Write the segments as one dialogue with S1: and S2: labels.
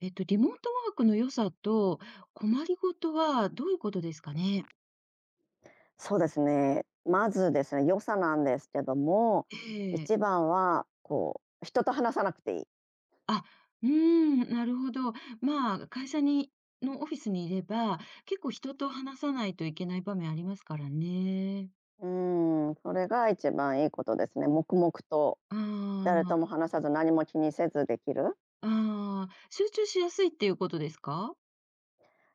S1: リモートワークの良さと困りごとはどういうことですかね？
S2: そうですね。まずですね、良さなんですけども、
S1: ええ。
S2: 一番はこう、人と話さなくていい。
S1: あ、うーん、なるほど。まあ、会社にのオフィスにいれば、結構人と話さないといけない場面ありますからね。
S2: うん、それが一番いいことですね。黙々と
S1: あ
S2: 誰
S1: あ、
S2: とも話さず、何も気にせずできる。
S1: ああ、集中しやすいっていうことですか？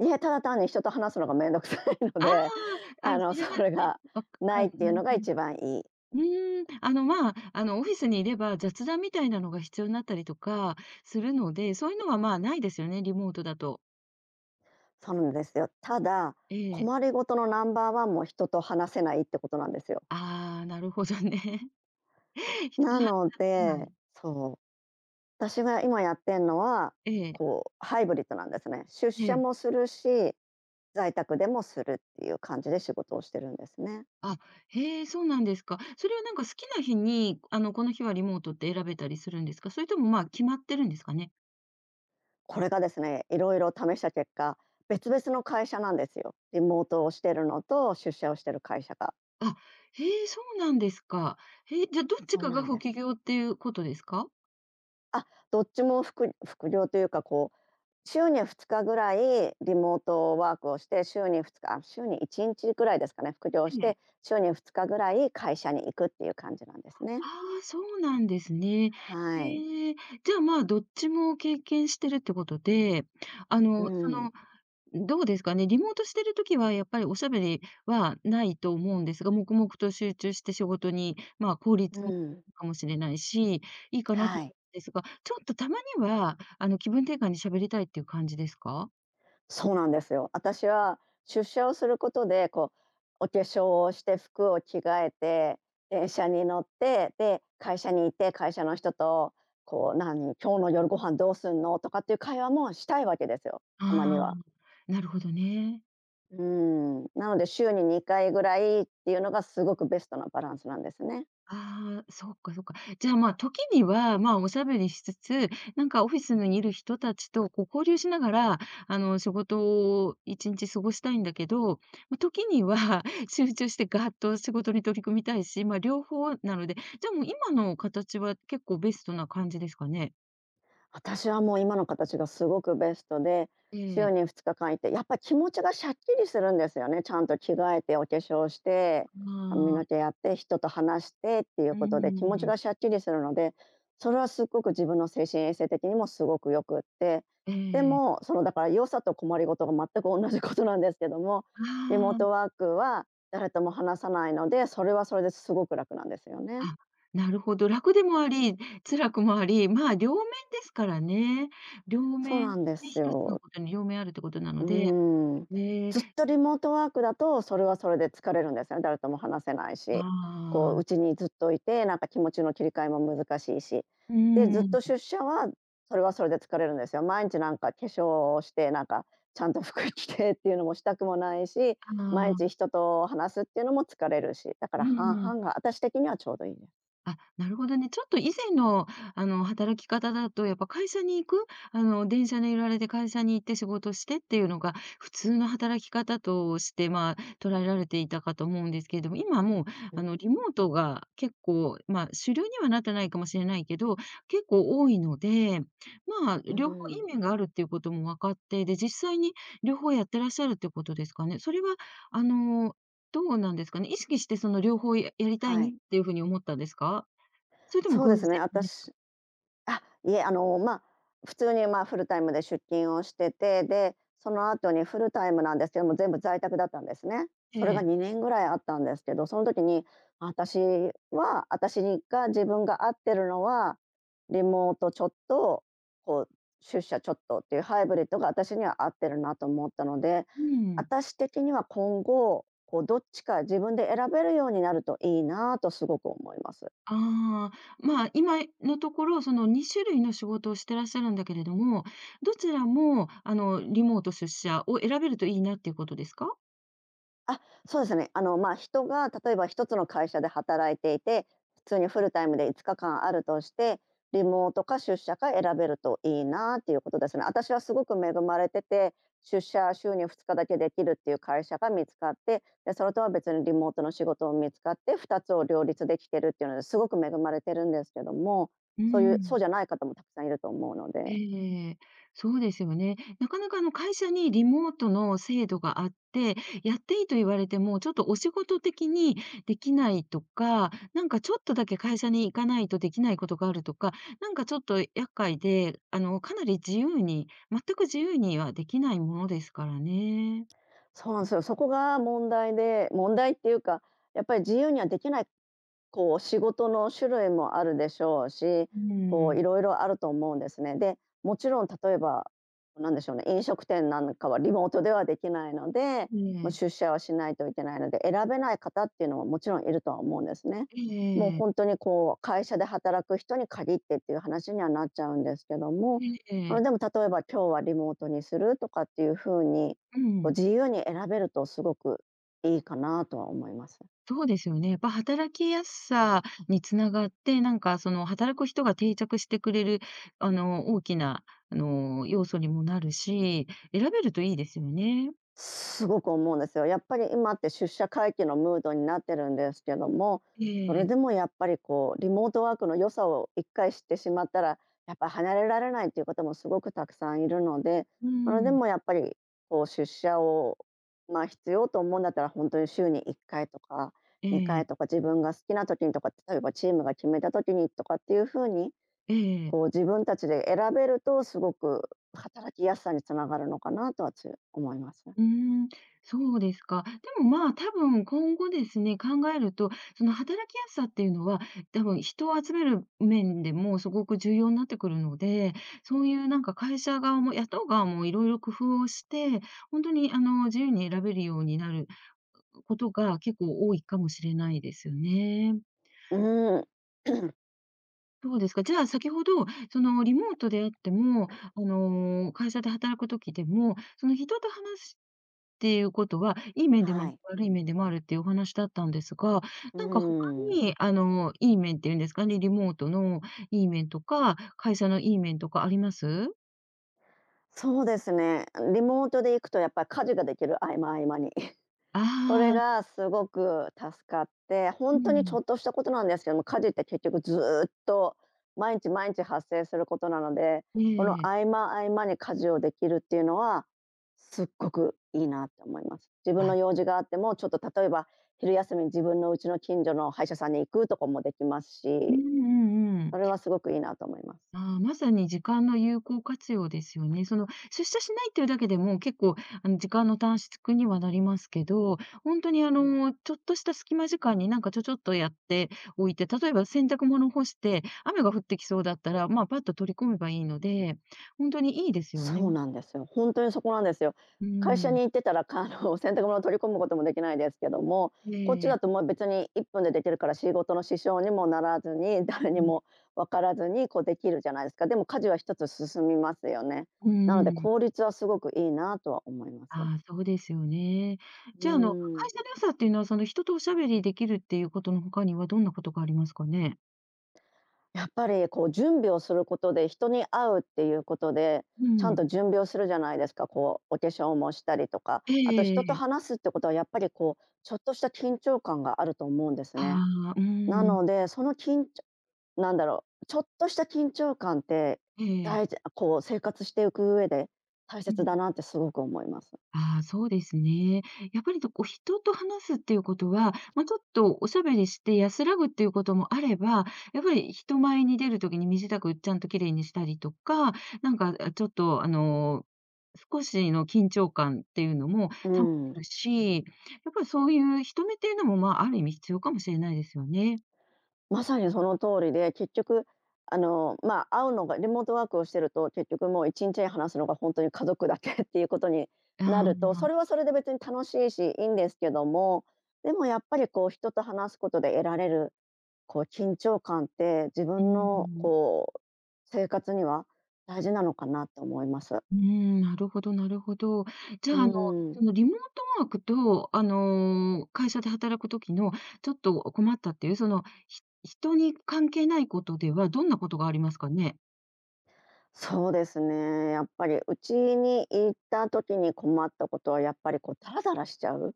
S2: いえ、ただ単に人と話すのがめんどくさいの
S1: ああ、
S2: で、
S1: あ、それは、
S2: それが
S1: あ、わ
S2: ないっ
S1: あ、
S2: ていう
S1: な
S2: の
S1: る
S2: が
S1: ほど。
S2: 一番いい。
S1: うーん、まあ、オフィスにいれば雑談みたいなのが必要になったりとかするので、そういうのは、まあ、ないですよね、リモートだと。
S2: そうなんですよ。ただ、
S1: ええ。
S2: 困りごとのナンバーワンも人と話せないってことなんですよ。
S1: ああ、なるほどね。人
S2: な
S1: の話
S2: の
S1: じゃな
S2: で、
S1: い。
S2: そう私が今やってんのは、
S1: ええ、
S2: こう、ハイブリッドなんですね。出
S1: え
S2: 社
S1: え。
S2: もするし、在宅でもするっていう感じで仕事をしてるんですね。
S1: あ、へえ、そうなんですか。それはなんか好きな日に、この日はリモートって選べたりするんですか？それとも、ま、決まってるんですかね？
S2: これがですね、いろいろ試した結果、別々の会社なんですよ。リモートをしてるのと出社をしてる会社が。
S1: あ、へえ、そうなんですか。へえ、じゃ、どっち
S2: そう
S1: か
S2: な
S1: が
S2: ん
S1: 不
S2: で
S1: 起
S2: す。
S1: 業っていうことですか？
S2: あ、どっちも副業というか、こう、週に2日ぐらいリモートワークをして、週に1日ぐらいですかね、副業し
S1: え
S2: て、
S1: え。
S2: 週に2日ぐらい会社に行くっていう感じなんですね。
S1: ああ、そうなんですね。
S2: はい。
S1: ええ。じゃあ、まあ、どっちも経験してるってことで、あ
S2: う
S1: の、そ
S2: ん、
S1: のどうですかね、リモートしてるときはやっぱりおしゃべりはないと思うんですが、黙々と集中して仕事に、まあ、効
S2: う
S1: 率も
S2: ん、
S1: かもしれないし、いいかなと思
S2: はい。
S1: うんですが、ちょっとたまには、気分転換に喋りたいっていう感じですか？
S2: そうなんですよ。私は出社をすることで、こう、お化粧をして、服を着替えて、電車に乗って、で、会社に行って、会社の人と、こう、何、今日の夜ご飯どうすんのとかっていう会話もしたいわけですよ、たまに
S1: あ
S2: は。
S1: あー、なるほどね。
S2: うん。なので、週に2回ぐらいっていうのがすごくベストなバランスなんですね。
S1: ああ、そうかそうか。じゃあ、まあ、時には、まあ、おしゃべりしつつ、なんかオフィスにいる人たちとこう交流しながら、仕事を一日過ごしたいんだけど、ま、時には 集中してガーッと仕事に取り組みたいし、まあ、両方なので、じゃあもう今の形は結構ベストな感じですかね？
S2: 私はもう今の形がすごくベストで、
S1: え
S2: 週
S1: え。
S2: に2日間いて、やっぱ気持ちがシャッキリするんですよね。ちゃんと着替えて、お化粧して、髪
S1: あ
S2: の毛
S1: あ、
S2: やって、人と話してっていう
S1: う
S2: ことで気持ち
S1: ん。
S2: がシャッキリするので、それはすっごく自分の精神衛生的にもすごく良くって、
S1: え
S2: で
S1: え。
S2: も、そのだから良さと困りごとが全く同じことなんですけども、リモー
S1: あ
S2: ト
S1: あ。
S2: ワークは誰とも話さないので、それはそれですごく楽なんですよね。
S1: あ、なるほど。楽でもあり、辛くもあり、まあ、両面ですからね。両
S2: そう
S1: 面、
S2: な
S1: ね、
S2: んです
S1: 一つの
S2: よ。
S1: ことに両面あるってことな
S2: う
S1: ので、
S2: ーん、
S1: ええ、
S2: ずっとリモートワークだと、それはそれで疲れるんですよね、誰とも話せないし。
S1: あ
S2: こううち
S1: あ、
S2: にずっといて、なんか気持ちの切り替えも難しいし。
S1: う
S2: で、ずっ
S1: ーん、
S2: と出社は、それはそれで疲れるんですよ。毎日なんか化粧をして、なんかちゃんと服着てっていうのもしたくもないし、
S1: あ
S2: 毎日
S1: あ、
S2: 人と話すっていうのも疲れるし、だか
S1: う
S2: ら半
S1: ん。
S2: 々が私的にはちょうどいいです。
S1: あ、なるほどね。ちょっと以前の、働き方だと、やっぱ会社に行く、電車に揺られて会社に行って仕事してっていうのが、普通の働き方として、まあ、捉えられていたかと思うんですけれども、今はもう、
S2: うん。
S1: リモートが結構、まあ、主流にはなってないかもしれないけど、結構多いので、まあ、
S2: う
S1: 両方いい
S2: ん、
S1: 面があるっていうことも分かって、で、実際に両方やってらっしゃるってことですかね。それは、あの、どうなんですかね。意識してその両方ややりたい
S2: は
S1: なっ
S2: い。
S1: ていうふうに思ったんですかそれとも
S2: そうで
S1: 偶然
S2: すね、
S1: ですか？
S2: 私あ、いえ、あの、まあ、普通に、ま、フルタイムで出勤をしてて、で、その後にフルタイムなんですけども、全部在宅だったんですね。
S1: え
S2: それが
S1: え。
S2: 2年ぐらいあったんですけど、その時に、あ、私私に自分が合ってるのは、リモートちょっと、こう、出社ちょっとっていうハイブリッドが私には合ってるなと思ったので、
S1: うん。
S2: 私的には今後、こうどっちか自分で選べるようになるといいなとすごく思います。
S1: ああ、まあ、今のところ、その2種類の仕事をしてらっしゃるんだけれども、どちらもあの、リモート出社を選べるといいなっていうことですか？
S2: あ、そうですね。あの、まあ、人が例えば一つの会社で働いていて、普通にフルタイムで5日間あるとして、リモートか出社か選べるといいなっていうことですね。私はすごく恵まれてて、出社週に2日だけできるっていう会社が見つかって、で、それとは別にリモートの仕事を見つかって、2つを両立できてるっていうのですごく恵まれてるんですけども、
S1: う
S2: そうい
S1: んう
S2: う、そう
S1: ん。
S2: じゃない方もたくさんいると思うので。
S1: ええ、そうですよね。なかなかあの会社にリモートの制度があって、やっていいと言われても、ちょっとお仕事的にできないとか、なんかちょっとだけ会社に行かないとできないことがあるとか、なんかちょっと厄介で、かなり自由に、全く自由にはできないものですからね。
S2: そうなんですよ。そこが問題で、問題っていうか、やっぱり自由にはできないこう仕事の種類もあるでしょうし、
S1: う
S2: こう
S1: ん。
S2: いろいろあると思うんですね。で、もちろん例えば、なんでしょうね、飲食店なんかはリモートではできないので、
S1: え
S2: もう
S1: え、
S2: 出社はしないといけないので、選べない方っていうのももちろんいるとは思うんですね。もう
S1: ええ、
S2: 本当にこう会社で働く人に限ってっていう話にはなっちゃうんですけども、
S1: ええ、え
S2: あの
S1: え、
S2: でも例えば今日はリモートにするとかっていうふうに、
S1: う
S2: こう
S1: ん。
S2: 自由に選べるとすごくいいかなとは思います。
S1: そうですよね。やっぱ働きやすさにつながって、なんかその働く人が定着してくれる、大きな、要素にもなるし、選べるといいですよね。
S2: すごく思うんですよ。やっぱり今って出社回帰のムードになってるんですけども、
S1: え
S2: それ
S1: え。
S2: でもやっぱりこうリモートワークの良さを1回知ってしまったら、やっぱ離れられないっていう方もすごくたくさんいるので、
S1: う
S2: それで
S1: ん。
S2: もやっぱりこう出社をまあ必要と思うんだったら本当に週に1回とか
S1: え
S2: 2回
S1: え。
S2: とか自分が好きな時にとか、例えばチームが決めた時にとかっていう風に、
S1: ええ。
S2: こう自分たちで選べるとすごく働きやすさにつながるのかなとは思いますね。
S1: うーん、そうですか。でもまあ、多分今後ですね、考えると、その働きやすさっていうのは、多分人を集める面でもすごく重要になってくるので、そういうなんか会社側も雇う側もいろいろ工夫をして、本当にあの、自由に選べるようになることが結構多いかもしれないですよね。
S2: うん。
S1: どうですか？じゃあ先ほど、そのリモートであっても、会社で働くときでも、その人と話っていうことは、いい面でもあ
S2: は
S1: る、
S2: い。
S1: 悪い面でもあるっていうお話だったんですが、
S2: う
S1: なんか他
S2: ん。
S1: に、いい面っていうんですかね、リモートのいい面とか、会社のいい面とかあります？
S2: そうですね。リモートで行くとやっぱり家事ができる合間合間に。
S1: あ
S2: これ
S1: あ、
S2: がすごく助かって、
S1: う
S2: 本当にち
S1: ん、
S2: ょっとしたことなんですけども、家事って結局ずーっと毎日毎日発生することなので、
S1: え
S2: この
S1: え。
S2: 合間合間に家事をできるっていうのは、すっごくいいなって思います。自分
S1: あ、
S2: の用事があっても、ちょっと例えば昼休みに自分の家の近所の歯医者さんに行くとかもできます
S1: うん
S2: し、
S1: うんう
S2: そ
S1: ん。
S2: れはすごくいいなと思います。
S1: ああ、まさに時間の有効活用ですよね。その、出社しないっていうだけでも結構、時間の短縮にはなりますけど、本当に、ちょっとした隙間時間になんかちょちょっとやっておいて、例えば洗濯物干して、雨が降ってきそうだったら、まあ、パッと取り込めばいいので、本当にいいですよね。
S2: そうなんですよ。本当にそこなんですよ。
S1: う
S2: 会社
S1: ん。
S2: に行ってたら、かあの、洗濯物を取り込むこともできないですけども、こっち
S1: ええ、
S2: だと、ま、別に1分でできるから仕事の支障にもならずに、誰
S1: う
S2: に
S1: ん。
S2: も分からずに、こうできるじゃないですか。でも家事は一つ進みますよね。
S1: う
S2: なの
S1: ん
S2: で
S1: うん。
S2: 効率はすごくいいなとは思います。う
S1: ああ、そうですよね。じゃあ、
S2: ん。
S1: 会社の良さっていうのは、その、人とおしゃべりできるっていうことの他にはどんなことがありますかね？
S2: やっぱりこう準備をすることで、人に会うっていうことで、
S1: う
S2: ちゃん
S1: ん。
S2: と準備をするじゃないですか。こうお化粧もしたりとか、
S1: ええ
S2: あと
S1: ええ
S2: 人と
S1: ええ。
S2: 話すってことはやっぱりこう、ちょっとした緊張感があると思うんですね。
S1: ああ、う
S2: な
S1: ーん。
S2: ので、その緊張なんだろう、ちょっとした緊張感って、
S1: ええ。
S2: こう生活していく上で大
S1: う
S2: 切
S1: ん。
S2: だなってすごく思います。
S1: ああ、そうですね。やっぱりとこう、人と話すっていうことは、ま、ちょっとおしゃべりして安らぐっていうこともあれば、やっぱり人前に出る時に身支度ちゃんと綺麗にしたりとか、なんか、あ、ちょっとあの、少しの緊張感っていうのも
S2: う
S1: 保て
S2: ん。
S1: るし、やっぱりそういう人目っていうのも、まあ、ある意味必要かもしれないですよね。
S2: まさにその通りで、結局、あの、まあ、会うのがリモートワークをしてると、結局もう1日話すのが本当に家族だけ っていうことにな
S1: あ
S2: ると、そ
S1: あ、
S2: れはそれで別に楽しいし、いいんですけども、でもやっぱりこう人と話すことで得られる、こう緊張感って、自
S1: う
S2: 分の
S1: ん。
S2: こう生活には大事なのかなって思います。
S1: うーん、なるほどなるほど。じ
S2: う
S1: ゃあ、そ
S2: ん。
S1: のリモートワークと、会社で働く時のちょっと困ったっていう、その、ひ人に関係ないことではどんなことがありますかね？
S2: そうですね。やっぱりうちにいた時に困ったことはやっぱりこうダラダラしちゃう。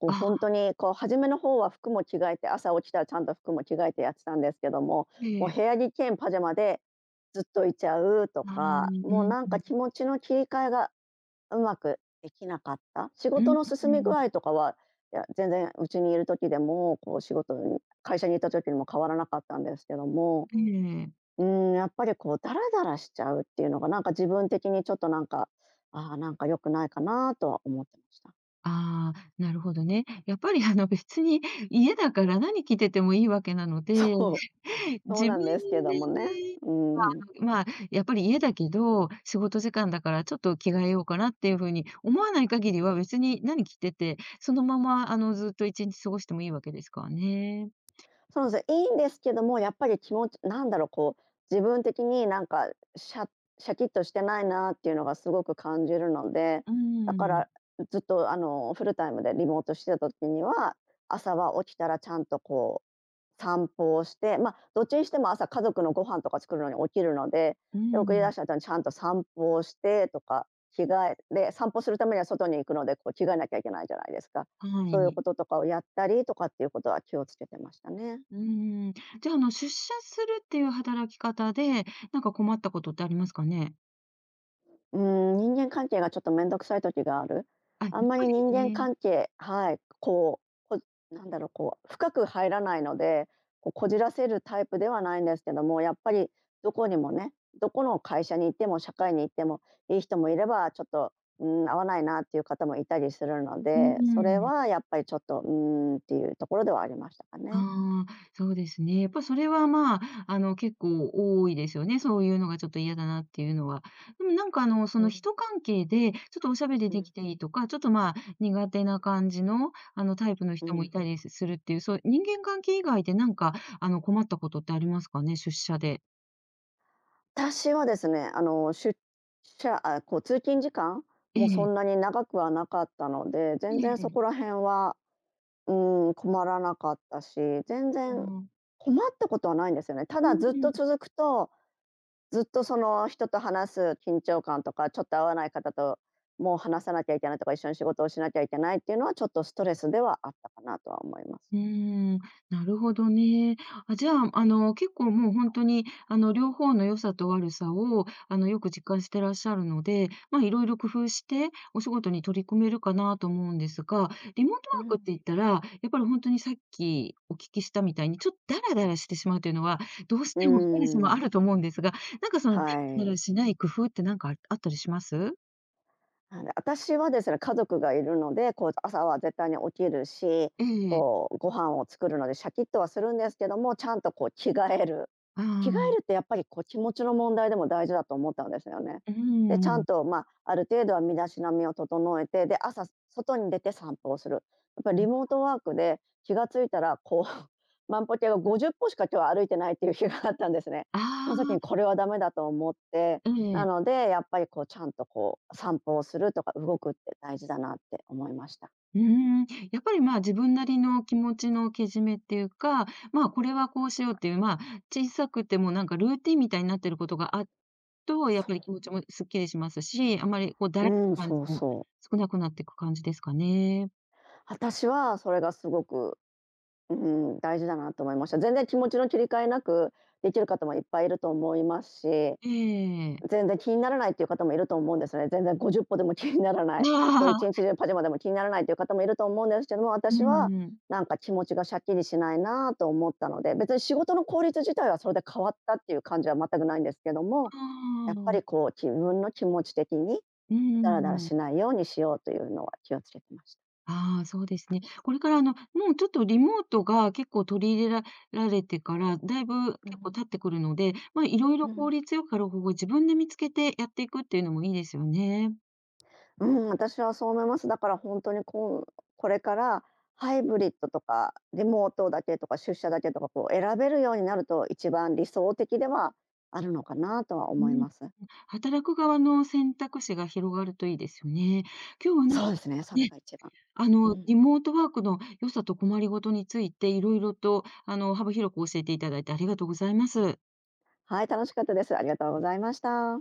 S2: こう
S1: あ
S2: 本
S1: あ、
S2: 当にこう初めの方は服も着替えて、朝起きたらちゃんと服も着替えてやってたんですけども、
S1: え
S2: もう
S1: え。
S2: 部屋着兼パジャマでずっといちゃうと
S1: ああ、う
S2: か、
S1: んう
S2: もう
S1: ん。
S2: なんか気持ちの切り替えがうまくできなかった。仕
S1: う
S2: 事
S1: ん
S2: の
S1: う
S2: 進み
S1: ん。
S2: 具合とかは、いや、全然うちにいる時でも、こう仕事に会社にいた時にも変わらなかったんですけども
S1: ええ。
S2: うやっぱりこうダラダラしちゃうっていうのが、なんか自分的にちょっとなんか、良くないかなとは思ってました。
S1: ああ、なるほどね。やっぱり、別に家だから何着ててもいいわけなの
S2: そ
S1: で、
S2: う、そう
S1: 自
S2: な
S1: 分
S2: んですけど
S1: で
S2: もね。
S1: ね
S2: うん。
S1: まあ、やっぱり家だけど、仕事時間だからちょっと着替えようかなっていう風に思わない限りは別に何着てて、そのままあのずっと1日過ごしてもいいわけですからね。
S2: そうですね、いいんですけども、やっぱり気持ち自分的になんか、シャシャキッとしてないなっていうのがすごく感じるので、
S1: う
S2: だか
S1: ん、
S2: ら、ずっとフルタイムでリモートしてた時には、朝は起きたらちゃんとこう、散歩をして、まあ、どっちにしても朝家族のご飯とか作るのに起きるので、
S1: う
S2: で、送り出
S1: ん、
S2: した後にちゃんと散歩をしてとか、着替えで、散歩するためには外に行くので、こう着替えなきゃいけないじゃないですか。
S1: は
S2: そういう
S1: い。
S2: こととかをやったりとかっていうことは気をつけてましたね。
S1: うん。じゃあ、あの出社するっていう働き方で、なんか困ったことってありますかね？
S2: うーん、人間関係がちょっと面倒くさい時がある。
S1: あ、やっ
S2: あんま
S1: ぱ
S2: り人
S1: り
S2: 間
S1: ね。
S2: 関係はい、う、こなんだろう、こう、深く入らないので、こう、こじらせるタイプではないんですけども、やっぱりどこにもね、どこの会社に行っても社会に行っても、いい人もいれば、ちょっと、うん、合わないなっていう方もいたりするの
S1: う
S2: で、それ
S1: ん。
S2: はやっぱりちょっと、うーんっていうところではありましたかね。
S1: ああ、そうですね。やっぱそれは、まあ、結構多いですよね。そういうのがちょっと嫌だなっていうのは。でもなんか、そ
S2: う
S1: の
S2: ん、
S1: 人関係で、ちょっとおしゃべり
S2: う
S1: でき
S2: ん。
S1: ていいとか、ちょっと、まあ、苦手な感じの、タイプの
S2: う
S1: 人も
S2: ん。
S1: いたりするっていう、そう、人間関係以外でなんか、困ったことってありますかね？出社で。
S2: 私はですね、あの、出社あ、こう通勤時間
S1: え
S2: もそ
S1: え。
S2: んなに長くはなかったので、全
S1: え
S2: 然そ
S1: え。
S2: こら辺は、うん、困らなかったし、全
S1: あ
S2: 然
S1: の、
S2: 困ったことはないんですよね。た
S1: う
S2: だずっ
S1: ん。
S2: と続くと、ずっとその人と話す緊張感とか、ちょっと合わない方ともう話さなきゃいけないとか、一緒に仕事をしなきゃいけないっていうのはちょっとストレスではあったかなとは思います。
S1: うーん、なるほどね。あ、じゃあ、結構もう本当に、両方の良さと悪さを、よく実感してらっしゃるので、まあ、いろいろ工夫して、お仕事に取り組めるかなと思うんですが、リモート
S2: う
S1: ワークっ
S2: ん。
S1: て言ったら、やっぱり本当にさっきお聞きしたみたいに、ちょっとダラダラしてしまうというのは、どうし
S2: う
S1: ても誰しもあ
S2: ん、
S1: ると思うんですが、なんかその、ダ
S2: は
S1: ラダラ
S2: い。
S1: しない工夫ってなんかああったりします？
S2: あの、私はですね、家族がいるので、こう朝は絶対に起きるし、
S1: ええ。
S2: こうご飯を作るのでシャキッとはするんですけども、ちゃんとこう着替える。
S1: あ
S2: 着替え
S1: あ、
S2: るってやっぱりこう気持ちの問題でも大事だと思ったんですよね。
S1: う
S2: で、ちゃん
S1: ん。
S2: と、まあ、ある程度は身だしなみを整えて、で、朝外に出て散歩をする。やっぱりリモートワークで気がついたら、こう 万歩計が50歩しか今日は歩いてないっていう日があったんですね。その時に
S1: あ
S2: これはダメだと思って
S1: あ、え
S2: な
S1: え。
S2: ので、やっぱりこうちゃんとこう散歩をするとか動くって大事だなって思いました。
S1: うーん、やっぱり、まあ、自分なりの気持ちのけじめっていうか、まあ、これはこうしようっていう、まあ、小さくてもなんかルーティンみたいになってることがあっと、やっぱ
S2: そう。
S1: り気持ちもすっきりしますし、あまりこうだらけた
S2: うん、
S1: 感
S2: そ
S1: じ
S2: う
S1: も
S2: そう。
S1: 少なくなっていく感じですかね。
S2: 私はそれがすごく、うん、大事だなと思いました。全然気持ちの切り替えなくできる方もいっぱいいると思いますし、
S1: ええ。
S2: 全然気にならないっていう方もいると思うんですね。全然50歩でも気にならない、こう
S1: あ
S2: 一
S1: あ。
S2: 日中パジャマでも気にならないっていう方もいると思うんですけども、
S1: うん
S2: 私は
S1: うん。
S2: なんか気持ちがシャッキリしないなと思ったので、別に仕事の効率自体はそれで変わったっていう感じは全くないんですけども、
S1: あ
S2: やっぱり
S1: あ。
S2: こう自分の気持ち的に
S1: う
S2: ダラ
S1: ん
S2: ダラ
S1: う
S2: し
S1: ん
S2: ないようにしようというのは気をつけてました。
S1: ああ、そうですね。これからあの、もうちょっとリモートが結構取り入れらられてから、だいぶ
S2: う
S1: 結構
S2: ん、
S1: 経ってくるので、まあ、いろいろ
S2: う
S1: 効
S2: ん。
S1: 率よくやる方法を自分で見つけてやっていくっていうのもいいですよね。
S2: うん、私はそう思います。だから本当にこうこれからハイブリッドとかリモートだけとか出社だけとかこう選べるようになると一番理想的ではあるのかなとは
S1: う
S2: 思い
S1: ん。
S2: ます。
S1: 働く側の選択肢が広がるといいですよね。今日はなんか
S2: そうですね、それ
S1: ね、
S2: が一番。うん。
S1: リモートワークの良さと困りごとについて、いろいろとあの、幅広く教えていただいてありがとうございます。
S2: はい、楽しかったです。ありがとうございました。